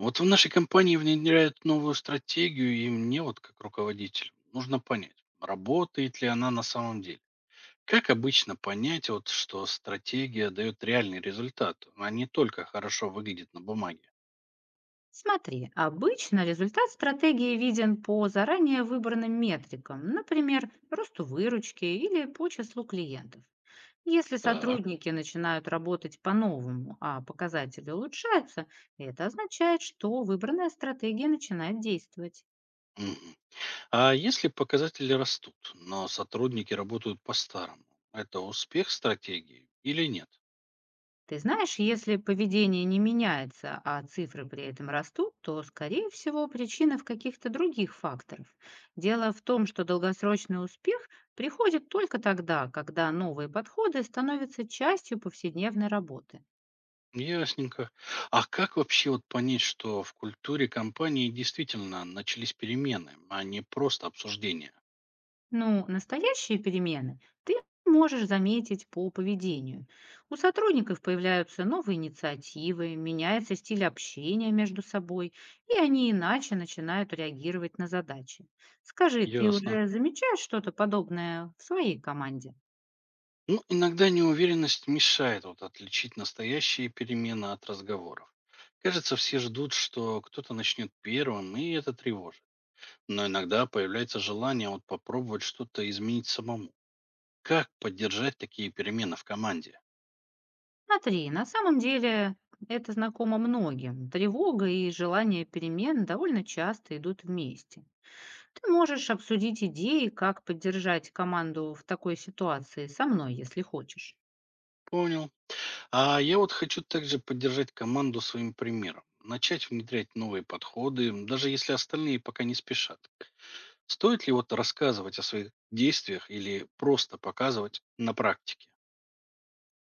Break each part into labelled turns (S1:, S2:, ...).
S1: Вот в нашей компании внедряют новую стратегию, и мне вот как руководитель нужно понять, работает ли она на самом деле. Как обычно понять, вот, что стратегия дает реальный результат, а не только хорошо выглядит на бумаге?
S2: Смотри, обычно результат стратегии виден по заранее выбранным метрикам, например, росту выручки или по числу клиентов. Если
S1: Так.
S2: сотрудники начинают работать по-новому, а показатели улучшаются, это означает, что выбранная стратегия начинает действовать.
S1: Мгм. А если показатели растут, но сотрудники работают по-старому, это успех стратегии или нет?
S2: Ты знаешь, если поведение не меняется, а цифры при этом растут, то, скорее всего, причина в каких-то других факторах. Дело в том, что долгосрочный успех приходит только тогда, когда новые подходы становятся частью повседневной работы.
S1: Ясненько. А как вообще вот понять, что в культуре компании действительно начались перемены, а не просто обсуждения?
S2: Ну, настоящие перемены ты можешь заметить по поведению. У сотрудников появляются новые инициативы, меняется стиль общения между собой, и они иначе начинают реагировать на задачи. Скажи, ты
S1: Ясно.
S2: уже замечаешь что-то подобное в своей команде?
S1: Ну, иногда неуверенность мешает вот отличить настоящие перемены от разговоров. Кажется, все ждут, что кто-то начнет первым, и это тревожит. Но иногда появляется желание вот попробовать что-то изменить самому. Как поддержать такие перемены в команде?
S2: Смотри, на самом деле это знакомо многим. Тревога и желание перемен довольно часто идут вместе. Ты можешь обсудить идеи, как поддержать команду в такой ситуации со мной, если хочешь.
S1: Понял. А я вот хочу также поддержать команду своим примером. Начать внедрять новые подходы, даже если остальные пока не спешат. Стоит ли вот рассказывать о своих действиях или просто показывать на практике?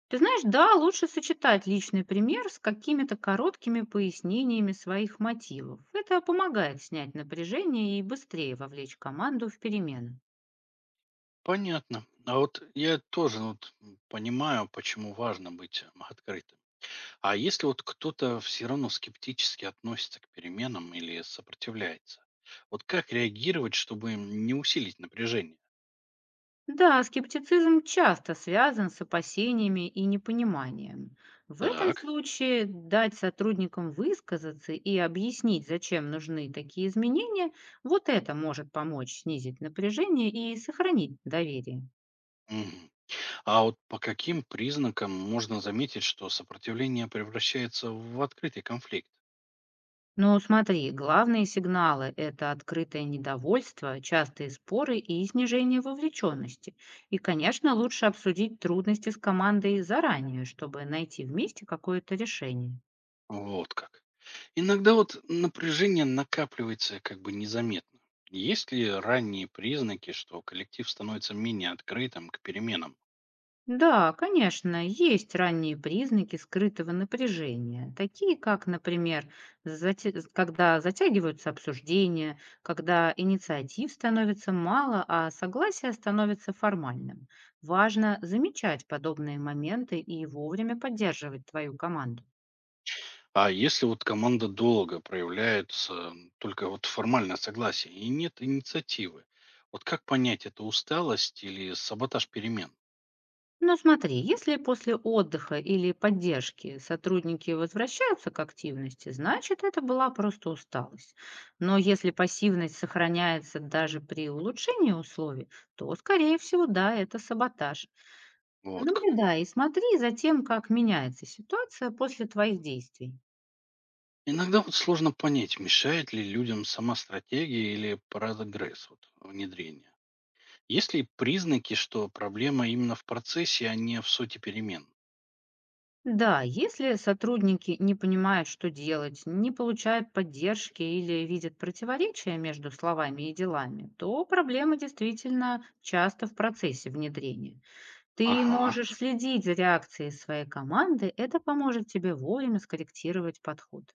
S2: Ты знаешь, да, лучше сочетать личный пример с какими-то короткими пояснениями своих мотивов. Это помогает снять напряжение и быстрее вовлечь команду в перемены.
S1: Понятно. А вот я тоже ну, вот понимаю, почему важно быть открытым. А если вот кто-то все равно скептически относится к переменам или сопротивляется, вот как реагировать, чтобы не усилить напряжение?
S2: Да, скептицизм часто связан с опасениями и непониманием. В этом
S1: Так.
S2: случае дать сотрудникам высказаться и объяснить, зачем нужны такие изменения, вот это может помочь снизить напряжение и сохранить доверие.
S1: Мгм. А вот по каким признакам можно заметить, что сопротивление превращается в открытый конфликт?
S2: Но смотри, главные сигналы– это открытое недовольство, частые споры и снижение вовлеченности. И, конечно, лучше обсудить трудности с командой заранее, чтобы найти вместе какое-то решение.
S1: Вот как. Иногда вот напряжение накапливается как бы незаметно. Есть ли ранние признаки, что коллектив становится менее открытым к переменам?
S2: Да, конечно, есть ранние признаки скрытого напряжения, такие как, например, когда затягиваются обсуждения, когда инициатив становится мало, а согласие становится формальным. Важно замечать подобные моменты и вовремя поддерживать твою команду.
S1: А если вот команда долго проявляется только вот формальное согласие и нет инициативы, вот как понять, это усталость или саботаж перемен?
S2: Но смотри, если после отдыха или поддержки сотрудники возвращаются к активности, значит, это была просто усталость. Но если пассивность сохраняется даже при улучшении условий, то, скорее всего, да, это саботаж.
S1: Вот как.
S2: Наблюдай и смотри за тем, как меняется ситуация после твоих действий.
S1: Иногда вот сложно понять, мешает ли людям сама стратегия или прогресс вот, внедрения. Есть ли признаки, что проблема именно в процессе, а не в сути перемен?
S2: Да, если сотрудники не понимают, что делать, не получают поддержки или видят противоречия между словами и делами, то проблема действительно часто в процессе внедрения. Ты
S1: Ага,
S2: можешь следить за реакцией своей команды, это поможет тебе вовремя скорректировать подход.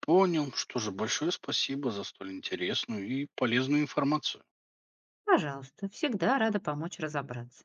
S1: понял. Что же, большое спасибо за столь интересную и полезную информацию.
S2: Пожалуйста, всегда рада помочь разобраться.